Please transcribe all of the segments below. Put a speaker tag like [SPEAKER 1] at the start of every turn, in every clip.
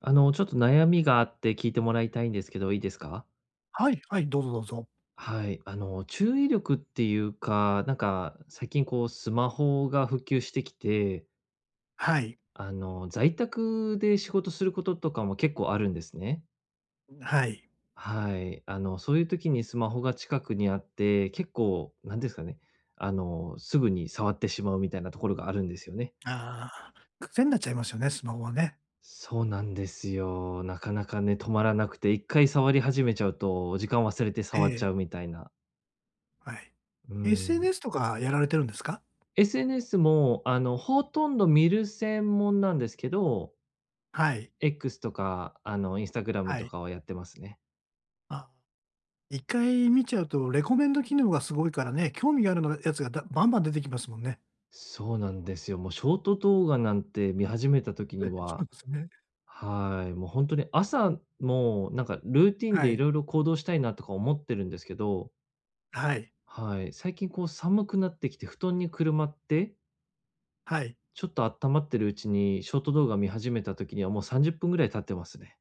[SPEAKER 1] ちょっと悩みがあって聞いてもらいたいんですけど、いいですか？
[SPEAKER 2] はい、はい、どうぞどうぞ。
[SPEAKER 1] はい、注意力っていうか、なんか、最近こうスマホが普及してきて、
[SPEAKER 2] はい、
[SPEAKER 1] 在宅で仕事することとかも結構あるんですね。
[SPEAKER 2] はい。
[SPEAKER 1] はい、そういう時にスマホが近くにあって、結構なんですかね、すぐに触ってしまうみたいなところがあるんですよね。
[SPEAKER 2] ああ、癖になっちゃいますよね、スマホはね。
[SPEAKER 1] そうなんですよ。なかなかね、止まらなくて、一回触り始めちゃうと、時間忘れて
[SPEAKER 2] え
[SPEAKER 1] 触っ
[SPEAKER 2] え、
[SPEAKER 1] ちゃうみたいな。
[SPEAKER 2] はい。
[SPEAKER 1] うーん。
[SPEAKER 2] SNS とかやられてるんですか？
[SPEAKER 1] SNS も、ほとんど見る専門なんですけど、
[SPEAKER 2] はい、
[SPEAKER 1] X とか、Instagram
[SPEAKER 2] は
[SPEAKER 1] と
[SPEAKER 2] い。
[SPEAKER 1] かはやってますね。
[SPEAKER 2] あ、一回見ちゃうとレコメンド機能がすごいからね、興味があるのやつがだバンバン出てきますもんね。
[SPEAKER 1] そうなんですよ。もうショート動画なんて見始めた時
[SPEAKER 2] え
[SPEAKER 1] に
[SPEAKER 2] え、そう
[SPEAKER 1] は、
[SPEAKER 2] ですね。
[SPEAKER 1] はい、もうほんとに朝もなんかルーティンで
[SPEAKER 2] はい、
[SPEAKER 1] 色々行動したいなとか思ってるんですけど、
[SPEAKER 2] はい、
[SPEAKER 1] はい、最近こう寒くなってきて布団にくるまって、
[SPEAKER 2] はい。
[SPEAKER 1] ちょっとあったまってるうちにショート動画見始めた時にはもう30分ぐらい経ってますね。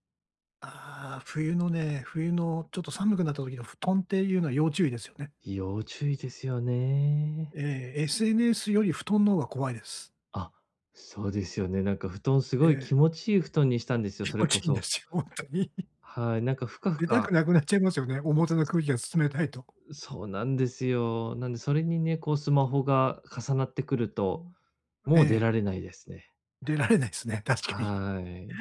[SPEAKER 2] ああ、冬のね、冬のちょっと寒くなった時の布団っていうのは要注意ですよね。
[SPEAKER 1] 要注意ですよね。
[SPEAKER 2] ええ、SNS より布団の方が怖いです。
[SPEAKER 1] あ、そうですよね。なんか布団す
[SPEAKER 2] え
[SPEAKER 1] ごい
[SPEAKER 2] え、
[SPEAKER 1] 気持ちいい布団にしたんですよ、
[SPEAKER 2] 気
[SPEAKER 1] それ
[SPEAKER 2] 持
[SPEAKER 1] こ
[SPEAKER 2] ちいいんで
[SPEAKER 1] そ。
[SPEAKER 2] すよ、ほんとに。
[SPEAKER 1] はい、なんかふかふ
[SPEAKER 2] 出たく
[SPEAKER 1] か
[SPEAKER 2] なくなっちゃいますよね。表の空気が冷たいと。
[SPEAKER 1] そうなんですよ。なんでそれにね、こうスマホが重なってくると、
[SPEAKER 2] え
[SPEAKER 1] もう出
[SPEAKER 2] え、
[SPEAKER 1] られないですね。
[SPEAKER 2] 出られないですね、確かに。
[SPEAKER 1] はい。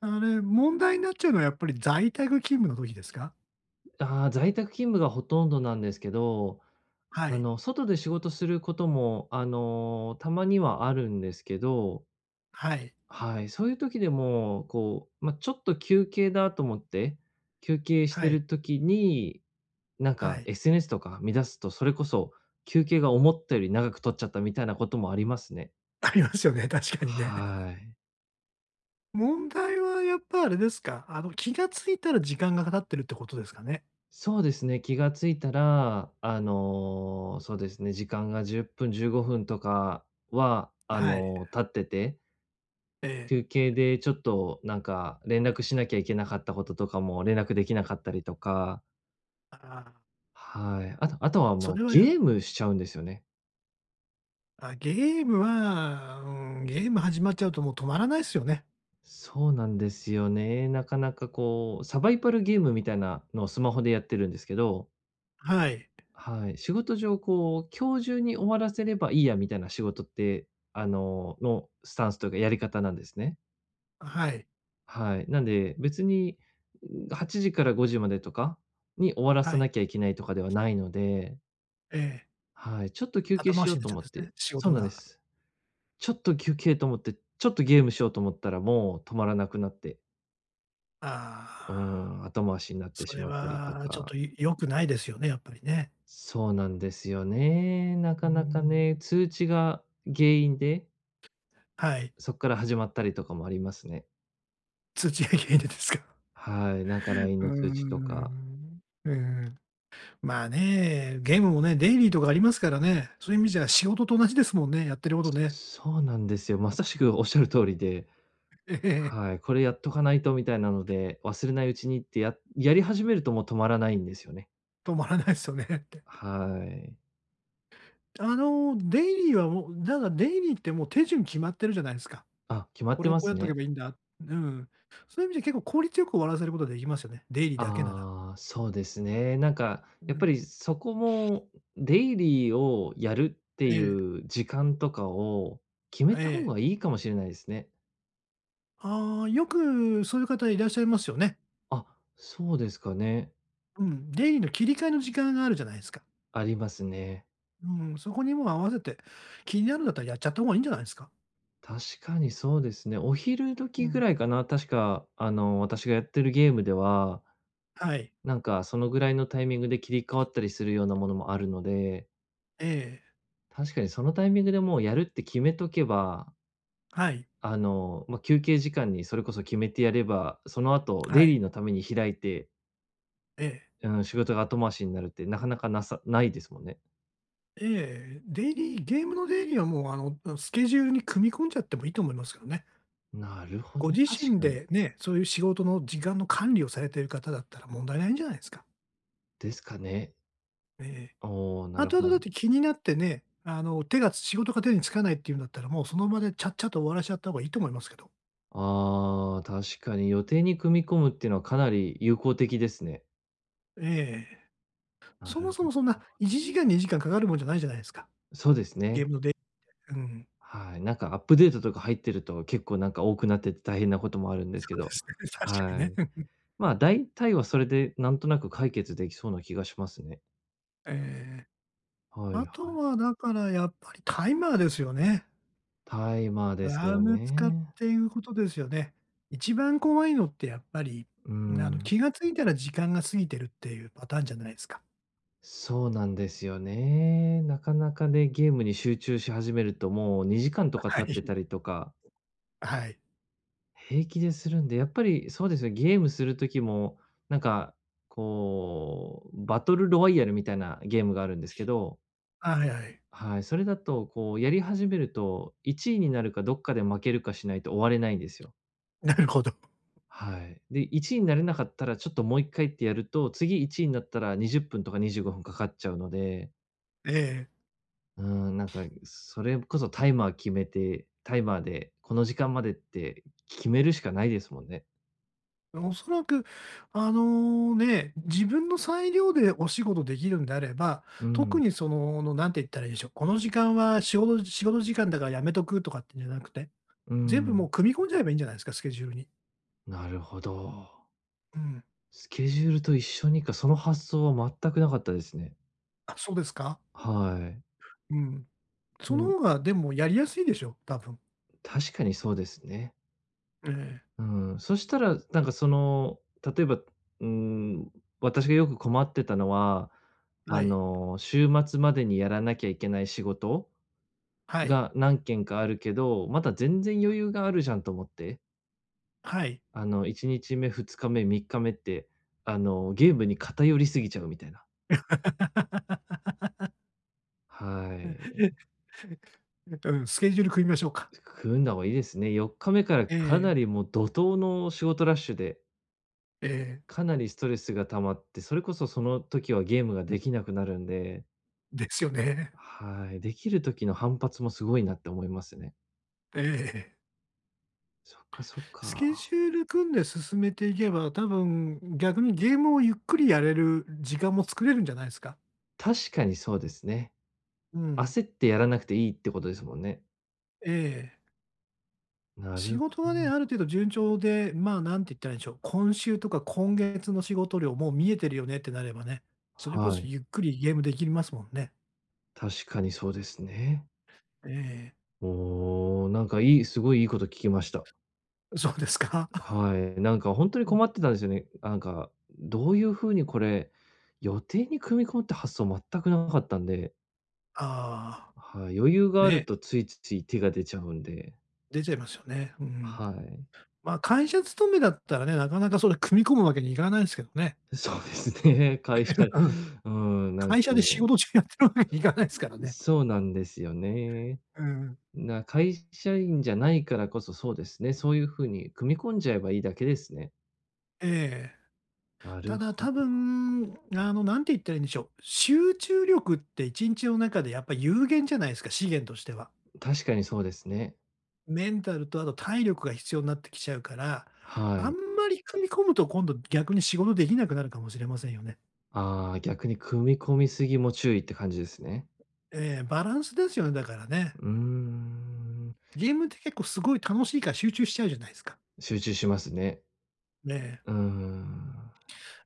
[SPEAKER 2] あれ、問題になっちゃうのはやっぱり在宅勤務の時ですか？
[SPEAKER 1] ああ、在宅勤務がほとんどなんですけど、
[SPEAKER 2] はい。
[SPEAKER 1] 外で仕事することも、たまにはあるんですけど、
[SPEAKER 2] はい。
[SPEAKER 1] はい、そういう時でも、こう、まあ、ちょっと休憩だと思って、休憩して
[SPEAKER 2] はい。
[SPEAKER 1] る時に、なん
[SPEAKER 2] は
[SPEAKER 1] か
[SPEAKER 2] い。
[SPEAKER 1] SNS とか見出すと、それこそ休憩が思ったより長く取っちゃったみたいなこともありますね。
[SPEAKER 2] ありますよね、確かにね。
[SPEAKER 1] はい。
[SPEAKER 2] 問題はやっぱあれですか、気がついたら時間が経ってるってことですかね？
[SPEAKER 1] そうですね、気がついたら、そうですね、時間が10分、15分とかは、
[SPEAKER 2] はい。
[SPEAKER 1] 経ってて、
[SPEAKER 2] ええ。
[SPEAKER 1] 休憩でちょっとなんか連絡しなきゃいけなかったこととかも連絡できなかったりとか、
[SPEAKER 2] ああ、
[SPEAKER 1] はい。あとあとは、
[SPEAKER 2] そ
[SPEAKER 1] まあ、
[SPEAKER 2] れはや
[SPEAKER 1] ゲームしちゃうんですよね。
[SPEAKER 2] あ、ゲームは、ゲーム始まっちゃうともう止まらないすよね。
[SPEAKER 1] そうなんですよね。なかなかこう、サバイバルゲームみたいなのをスマホでやってるんですけど、
[SPEAKER 2] はい。
[SPEAKER 1] はい。仕事上こう、今日中に終わらせればいいやみたいな仕事って、のスタンスというかやり方なんですね。
[SPEAKER 2] はい。
[SPEAKER 1] はい。なんで、別に、8時から5時までとかに終わら
[SPEAKER 2] は
[SPEAKER 1] さ
[SPEAKER 2] い。
[SPEAKER 1] なきゃいけないとかではないので、
[SPEAKER 2] ええ。
[SPEAKER 1] はい。ちょっと休憩
[SPEAKER 2] 後
[SPEAKER 1] し
[SPEAKER 2] 回し
[SPEAKER 1] よう
[SPEAKER 2] になっ
[SPEAKER 1] と
[SPEAKER 2] ちゃ
[SPEAKER 1] 思
[SPEAKER 2] うんで
[SPEAKER 1] っ
[SPEAKER 2] す
[SPEAKER 1] て
[SPEAKER 2] ね、仕
[SPEAKER 1] そう
[SPEAKER 2] 事
[SPEAKER 1] なん
[SPEAKER 2] が。
[SPEAKER 1] です。ちょっと休憩と思って、ちょっとゲームしようと思ったらもう止まらなくなって。う
[SPEAKER 2] ああ、
[SPEAKER 1] ん、後回しになって
[SPEAKER 2] そ
[SPEAKER 1] し
[SPEAKER 2] れ
[SPEAKER 1] まったりと
[SPEAKER 2] はちょっ
[SPEAKER 1] か。
[SPEAKER 2] とよ良くないですよね、やっぱりね。
[SPEAKER 1] そうなんですよね。な
[SPEAKER 2] うー
[SPEAKER 1] かなか
[SPEAKER 2] ん、
[SPEAKER 1] ね、通知が原因で、
[SPEAKER 2] はい。
[SPEAKER 1] そこから始まったりとかもありますね。
[SPEAKER 2] 通知が原因でですか。
[SPEAKER 1] はい、なんか LINE
[SPEAKER 2] うー
[SPEAKER 1] の通知とか。
[SPEAKER 2] ん、うーん。まあね、ゲームもね、デイリーとかありますからね、そういう意味じゃ仕事と同じですもんね、やってることね。
[SPEAKER 1] そうなんですよ。まさしくおっしゃる通りで、
[SPEAKER 2] ええ、
[SPEAKER 1] はい、これやっとかないとみたいなので、忘れないうちにってやり始めるともう止まらないんですよね。
[SPEAKER 2] 止まらないですよねって。
[SPEAKER 1] はい。
[SPEAKER 2] デイリーはもう、だからデイリーってもう手順決まってるじゃないですか。
[SPEAKER 1] あ、決まっ
[SPEAKER 2] こ
[SPEAKER 1] て
[SPEAKER 2] れを
[SPEAKER 1] ま
[SPEAKER 2] こう
[SPEAKER 1] す
[SPEAKER 2] やっとけ
[SPEAKER 1] ね。
[SPEAKER 2] ばいいんだ。うん。そういう意味じゃ結構効率よく終わらせることができますよね、デイリーだけなら。
[SPEAKER 1] ああ、そうですね。なんか、
[SPEAKER 2] う
[SPEAKER 1] やっ
[SPEAKER 2] ん。
[SPEAKER 1] ぱりそこも、デイリーをやるって
[SPEAKER 2] え
[SPEAKER 1] い
[SPEAKER 2] え、
[SPEAKER 1] う時間とかを決め
[SPEAKER 2] あ、え
[SPEAKER 1] た方
[SPEAKER 2] え。
[SPEAKER 1] がいいかもしれないですね。
[SPEAKER 2] ああ、よくそういう方いらっしゃいますよね。
[SPEAKER 1] あ、そうですかね。
[SPEAKER 2] うん、デイリーの切り替えの時間があるじゃないですか。
[SPEAKER 1] ありますね。
[SPEAKER 2] うん、そこにもう合わせて、気になるんだったらやっちゃった方がいいんじゃないですか？
[SPEAKER 1] 確かにそうですね。お昼
[SPEAKER 2] う
[SPEAKER 1] 時ぐ
[SPEAKER 2] ん。
[SPEAKER 1] らいかな、確か、私がやってるゲームでは、
[SPEAKER 2] はい。
[SPEAKER 1] なんかそのぐらいのタイミングで切り替わったりするようなものもあるので、
[SPEAKER 2] ええ、
[SPEAKER 1] 確かにそのタイミングでもうやるって決めとけば、
[SPEAKER 2] はい、
[SPEAKER 1] 休憩時間にそれこそ決めてやれば、その後
[SPEAKER 2] は
[SPEAKER 1] デイ
[SPEAKER 2] い、
[SPEAKER 1] リーのために開いて、
[SPEAKER 2] ええ。
[SPEAKER 1] うん、仕事が後回しになるってなかなかなさないですもんね。
[SPEAKER 2] ええ、デイリーゲームのデイリーはもう、うん、スケジュールに組み込んじゃってもいいと思いますけどね。
[SPEAKER 1] なるほ
[SPEAKER 2] ご
[SPEAKER 1] ど、
[SPEAKER 2] 自
[SPEAKER 1] 確
[SPEAKER 2] 身
[SPEAKER 1] かに。
[SPEAKER 2] でね、そういう仕事の時間の管理をされている方だったら問題ないんじゃないですか？
[SPEAKER 1] ですかね。
[SPEAKER 2] ええ。
[SPEAKER 1] おお、なる
[SPEAKER 2] 後
[SPEAKER 1] ほ
[SPEAKER 2] 々だって
[SPEAKER 1] ど。
[SPEAKER 2] 気になってね、手が仕事が手につかないっていうんだったら、もうその場でちゃっちゃと終わらしちゃった方がいいと思いますけど。
[SPEAKER 1] ああ、確かに予定に組み込むっていうのはかなり有効的ですね。
[SPEAKER 2] ええ。
[SPEAKER 1] な
[SPEAKER 2] そも
[SPEAKER 1] る
[SPEAKER 2] そ
[SPEAKER 1] ほ
[SPEAKER 2] もそんな1時間、2時間かんかかるもんじゃないじゃないですか。
[SPEAKER 1] そうです
[SPEAKER 2] ゲー
[SPEAKER 1] ね。
[SPEAKER 2] ムのでうん。
[SPEAKER 1] はい。なんかアップデートとか入ってると結構なんか多くなってて大変なこともあるんです
[SPEAKER 2] そ
[SPEAKER 1] け
[SPEAKER 2] うで
[SPEAKER 1] ど、
[SPEAKER 2] す
[SPEAKER 1] は
[SPEAKER 2] ね、確
[SPEAKER 1] い。
[SPEAKER 2] かにね。うん。
[SPEAKER 1] まあ、大体はそれでなんとなく解決できそうな気がしますね。
[SPEAKER 2] ええ。
[SPEAKER 1] はい
[SPEAKER 2] あ
[SPEAKER 1] は
[SPEAKER 2] と
[SPEAKER 1] い。
[SPEAKER 2] はだからやっぱりタイマーですよね。
[SPEAKER 1] タイマー
[SPEAKER 2] ア
[SPEAKER 1] で
[SPEAKER 2] ラ
[SPEAKER 1] す
[SPEAKER 2] ー
[SPEAKER 1] よ
[SPEAKER 2] ム使っ
[SPEAKER 1] ね。
[SPEAKER 2] ていうことですよね。一番怖いのってやっぱり、
[SPEAKER 1] うん。
[SPEAKER 2] 気が付いたら時間が過ぎてるっていうパターンじゃないですか。
[SPEAKER 1] そうなんですよね。なかなかね、ゲームに集中し始めるともう2時間とか
[SPEAKER 2] は
[SPEAKER 1] 経っ
[SPEAKER 2] い。
[SPEAKER 1] てたりとか、
[SPEAKER 2] はい。
[SPEAKER 1] 平気でするんで、やっぱりそうですね、ゲームする時も、なんか、こう、バトルロワイヤルみたいなゲームがあるんですけど、
[SPEAKER 2] はいはい。
[SPEAKER 1] はい、それだとこうやり始めると、1位になるかどっかで負けるかしないと終われないんですよ。
[SPEAKER 2] なるほど。
[SPEAKER 1] はい。で、1位になれなかったら、ちょっともう1回ってやると、次1位になったら20分とか25分かかっちゃうので、
[SPEAKER 2] ええ。
[SPEAKER 1] うーん、なんか、それこそタイマー決めて、タイマーでこの時間までって決めるしかないですもんね。
[SPEAKER 2] おそらく、あのね、自分の裁量でお仕事できるんであれば、
[SPEAKER 1] う
[SPEAKER 2] 特
[SPEAKER 1] ん、
[SPEAKER 2] にその、のなんて言ったらいいでしょう、この時間は仕事仕事時間だからやめとくとかってんじゃなくて、
[SPEAKER 1] う
[SPEAKER 2] 全部もう
[SPEAKER 1] ん。
[SPEAKER 2] 組み込んじゃえばいいんじゃないですか、スケジュールに。
[SPEAKER 1] なるほど。
[SPEAKER 2] うん。
[SPEAKER 1] スケジュールと一緒にか、その発想は全くなかったですね。
[SPEAKER 2] あ、そうですか？
[SPEAKER 1] はい。
[SPEAKER 2] うん。
[SPEAKER 1] う
[SPEAKER 2] その
[SPEAKER 1] ん、
[SPEAKER 2] 方がでもやりやすいでしょ、多分。
[SPEAKER 1] 確かにそうですね。
[SPEAKER 2] ええ。
[SPEAKER 1] うん、そしたら、なんかその、例えば、ん、私がよく困ってたのは、
[SPEAKER 2] はい。
[SPEAKER 1] 週末までにやらなきゃいけない仕事
[SPEAKER 2] はい。
[SPEAKER 1] が何件かあるけど、まだ全然余裕があるじゃんと思って、
[SPEAKER 2] はい。
[SPEAKER 1] 1日目、2日目、3日目って、ゲームに偏りすぎちゃうみたいな。はい。
[SPEAKER 2] うん、スケジュール組みましょうか。
[SPEAKER 1] 組んだ方がいいですね。4日目からかな
[SPEAKER 2] え
[SPEAKER 1] りもう怒涛の仕事ラッシュで、
[SPEAKER 2] え、ええ。
[SPEAKER 1] かなりストレスが溜まって、それこそその時はゲームができなくなるんで、
[SPEAKER 2] ですよね。
[SPEAKER 1] はい、できる時の反発もすごいなって思いますね。
[SPEAKER 2] ええ。
[SPEAKER 1] そっかそっ
[SPEAKER 2] スケジ
[SPEAKER 1] か。
[SPEAKER 2] ュール組んで進めていけば、多分逆にゲームをゆっくりやれる時間も作れるんじゃないですか。
[SPEAKER 1] 確かにそうですね。
[SPEAKER 2] うん。
[SPEAKER 1] 焦ってやらなくていいってことですもんね。
[SPEAKER 2] ええ。
[SPEAKER 1] な
[SPEAKER 2] 仕
[SPEAKER 1] るほ
[SPEAKER 2] 事がね、あ
[SPEAKER 1] ど。
[SPEAKER 2] る程度順調で、まあ、なんて言ったらいいんでしょう、今週とか今月の仕事量もう見えてるよねってなればね、それこ
[SPEAKER 1] は
[SPEAKER 2] そ
[SPEAKER 1] い。
[SPEAKER 2] ゆっくりゲームできますもんね。
[SPEAKER 1] 確かにそうですね。
[SPEAKER 2] ええ。
[SPEAKER 1] おお、なんかすごいいいこと聞きました。
[SPEAKER 2] そうですか。
[SPEAKER 1] はい、なんか本当に困ってたんですよね。なんか、どういう風にこれ、予定に組み込むって発想全くなかったんで、
[SPEAKER 2] ああ、
[SPEAKER 1] はい、余裕がある
[SPEAKER 2] ね、
[SPEAKER 1] とついつい手が出ちゃうんで、
[SPEAKER 2] 出ちゃいますよね。うん。
[SPEAKER 1] はい。
[SPEAKER 2] まあ、会社勤めだったらね、なかなかそれ組み込むわけにいかないですけどね。
[SPEAKER 1] そうですね、会社うん、なん
[SPEAKER 2] 会
[SPEAKER 1] か
[SPEAKER 2] 社で
[SPEAKER 1] ね、
[SPEAKER 2] 仕事中やってるわけにいかないですからね。
[SPEAKER 1] そうなんですよね。
[SPEAKER 2] うん。
[SPEAKER 1] 会社員じゃないからこそ、そうですね、そういう風に組み込んじゃえばいいだけですね。
[SPEAKER 2] ええ。
[SPEAKER 1] な
[SPEAKER 2] た
[SPEAKER 1] る
[SPEAKER 2] だ
[SPEAKER 1] ほど。
[SPEAKER 2] 多分、なんて言ったらいいんでしょう。集中力って1日の中でやっぱ有限じゃないですか、資源としては。
[SPEAKER 1] 確かにそうですね。
[SPEAKER 2] メンタルとあと体力が必要になってきちゃうから、
[SPEAKER 1] は
[SPEAKER 2] あん
[SPEAKER 1] い。
[SPEAKER 2] まり踏み込むと今度逆に仕事できなくなるかもしれませんよね。
[SPEAKER 1] ああ、逆に組み込みすぎも注意って感じですね。
[SPEAKER 2] ええ、バランスですよね、だからね。
[SPEAKER 1] うーん、
[SPEAKER 2] ゲームって結構すごい楽しいから集中しちゃうじゃないですか。
[SPEAKER 1] 集中しますね。
[SPEAKER 2] ねえ。
[SPEAKER 1] うーん、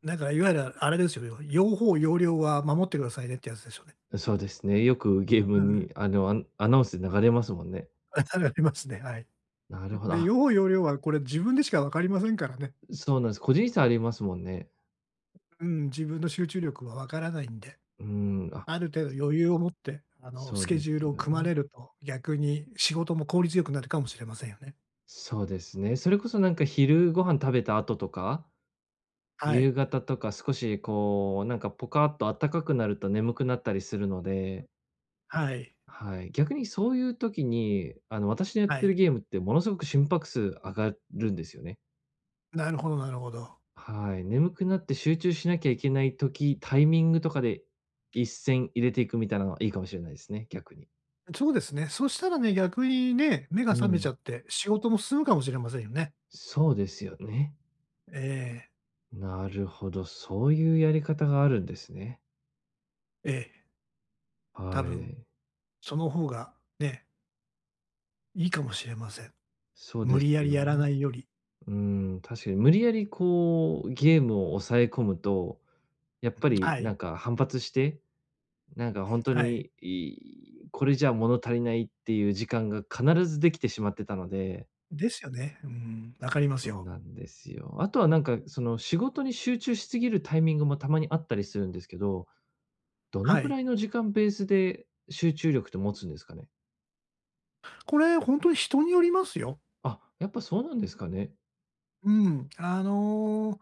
[SPEAKER 2] だからいわゆるあれですよ、用法要領は守ってくださいねってやつですよね。
[SPEAKER 1] そうですね。よくゲー
[SPEAKER 2] う
[SPEAKER 1] ム
[SPEAKER 2] ん。
[SPEAKER 1] に、アンアナウンスで流れますもんね。
[SPEAKER 2] ありますね、はい。
[SPEAKER 1] なるほど。
[SPEAKER 2] で、
[SPEAKER 1] あ、
[SPEAKER 2] 用法用量はこれ自分でしか分かりませんからね。
[SPEAKER 1] そうなんです。個人差ありますもんね。
[SPEAKER 2] うん、自分の集中力は分からないんで、
[SPEAKER 1] うーん、あ
[SPEAKER 2] ある程度余裕を持って、
[SPEAKER 1] そ
[SPEAKER 2] ス
[SPEAKER 1] う
[SPEAKER 2] ケ
[SPEAKER 1] で
[SPEAKER 2] ジ
[SPEAKER 1] す
[SPEAKER 2] ュールを
[SPEAKER 1] よ
[SPEAKER 2] 組ま
[SPEAKER 1] ね。
[SPEAKER 2] れると、逆に仕事も効率よくなるかもしれませんよね。
[SPEAKER 1] そうですね。それこそなんか昼ご飯食べた後とか、
[SPEAKER 2] はい。
[SPEAKER 1] 夕方とか少しこう、なんかポカっと暖かくなると眠くなったりするので、
[SPEAKER 2] はい。
[SPEAKER 1] はい。逆にそういう時に、私のやっ
[SPEAKER 2] は
[SPEAKER 1] てる
[SPEAKER 2] い。
[SPEAKER 1] ゲームってものすごく心拍数上がるんですよね。
[SPEAKER 2] なるほどなるほど。
[SPEAKER 1] はい。眠くなって集中しなきゃいけない時、タイミングとかで一線入れていくみたいなのはいいかもしれないですね、逆に。
[SPEAKER 2] そうですね。そしたらね、逆にね、目が
[SPEAKER 1] う
[SPEAKER 2] 覚めち
[SPEAKER 1] ん。
[SPEAKER 2] ゃって仕事も進むかもしれませんよね。
[SPEAKER 1] そうですよね。
[SPEAKER 2] ええ、
[SPEAKER 1] なるほど、そういうやり方があるんですね。
[SPEAKER 2] ええ、多
[SPEAKER 1] は
[SPEAKER 2] 分
[SPEAKER 1] い。
[SPEAKER 2] その方がね、いいかもしれません。
[SPEAKER 1] そう
[SPEAKER 2] 無
[SPEAKER 1] で
[SPEAKER 2] 理
[SPEAKER 1] す
[SPEAKER 2] やり
[SPEAKER 1] よ
[SPEAKER 2] やら
[SPEAKER 1] ね。
[SPEAKER 2] ないより。
[SPEAKER 1] うん、確かに無理やりこう、ゲームを抑え込むと、やっ
[SPEAKER 2] う
[SPEAKER 1] ぱ
[SPEAKER 2] ん、
[SPEAKER 1] り
[SPEAKER 2] は
[SPEAKER 1] な
[SPEAKER 2] い、
[SPEAKER 1] んか反発して、なんか本当
[SPEAKER 2] はい。
[SPEAKER 1] に、これじゃ物足りないっていう時間が必ずできてしまってたので、
[SPEAKER 2] ですよね。うん、わかります
[SPEAKER 1] そう
[SPEAKER 2] よ。
[SPEAKER 1] なんですよ。あとはなんかその仕事に集中しすぎるタイミングもたまにあったりするんですけど、どの
[SPEAKER 2] は
[SPEAKER 1] ぐ
[SPEAKER 2] い。
[SPEAKER 1] らいの時間ベースで集中力って持つんですかね？
[SPEAKER 2] これ本当に人によりますよ。
[SPEAKER 1] あ、やっぱそうなんですかね。
[SPEAKER 2] うん。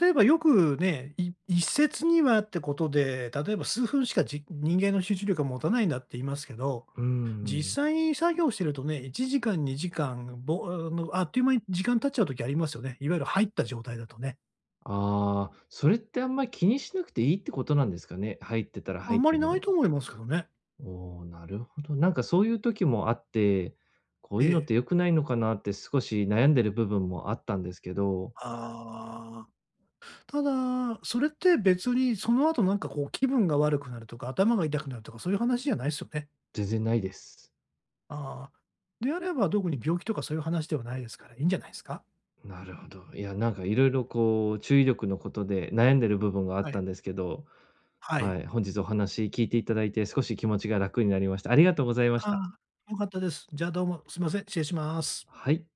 [SPEAKER 2] 例えばよくね、い一説にはってことで、例えば数分しかじ人間の集中力が持たないんだって言いますけど、
[SPEAKER 1] うーん。
[SPEAKER 2] 実際に作業してるとね、1時間、2時間、ぼあの、あっという間に時間経っちゃう時ありますよね。いわゆる入った状態だとね。
[SPEAKER 1] ああ、それってあんまり気にしなくていいってことなんですかね。入ってたら
[SPEAKER 2] あ
[SPEAKER 1] 入っ
[SPEAKER 2] ん
[SPEAKER 1] て
[SPEAKER 2] まり
[SPEAKER 1] たの
[SPEAKER 2] ない
[SPEAKER 1] で。
[SPEAKER 2] と思いますけどね。
[SPEAKER 1] おお、なるほど。なんかそういう時もあって、こう
[SPEAKER 2] え
[SPEAKER 1] いうのっ
[SPEAKER 2] え。
[SPEAKER 1] て良くないのかなって少し悩んでる部分もあったんですけど、
[SPEAKER 2] ああ。ただ、それって別にその後なんかこう気分が悪くなるとか、頭が痛くなるとか、そういう話じゃないですよね。
[SPEAKER 1] 全然ないです。
[SPEAKER 2] ああ。であれば、特に病気とかそういう話ではないですから、いいんじゃないですか？
[SPEAKER 1] なるほど。いや、なんかいろいろこう注意力のことで悩んでる部分があっ
[SPEAKER 2] はい。
[SPEAKER 1] たんですけど、
[SPEAKER 2] は
[SPEAKER 1] は
[SPEAKER 2] い。
[SPEAKER 1] い、本日お話聞いていただいて少し気持ちが楽になりました。ありがとうございまし
[SPEAKER 2] あ
[SPEAKER 1] た。
[SPEAKER 2] あ、良かったです。じゃあどうも、すいません、失礼します。
[SPEAKER 1] はい。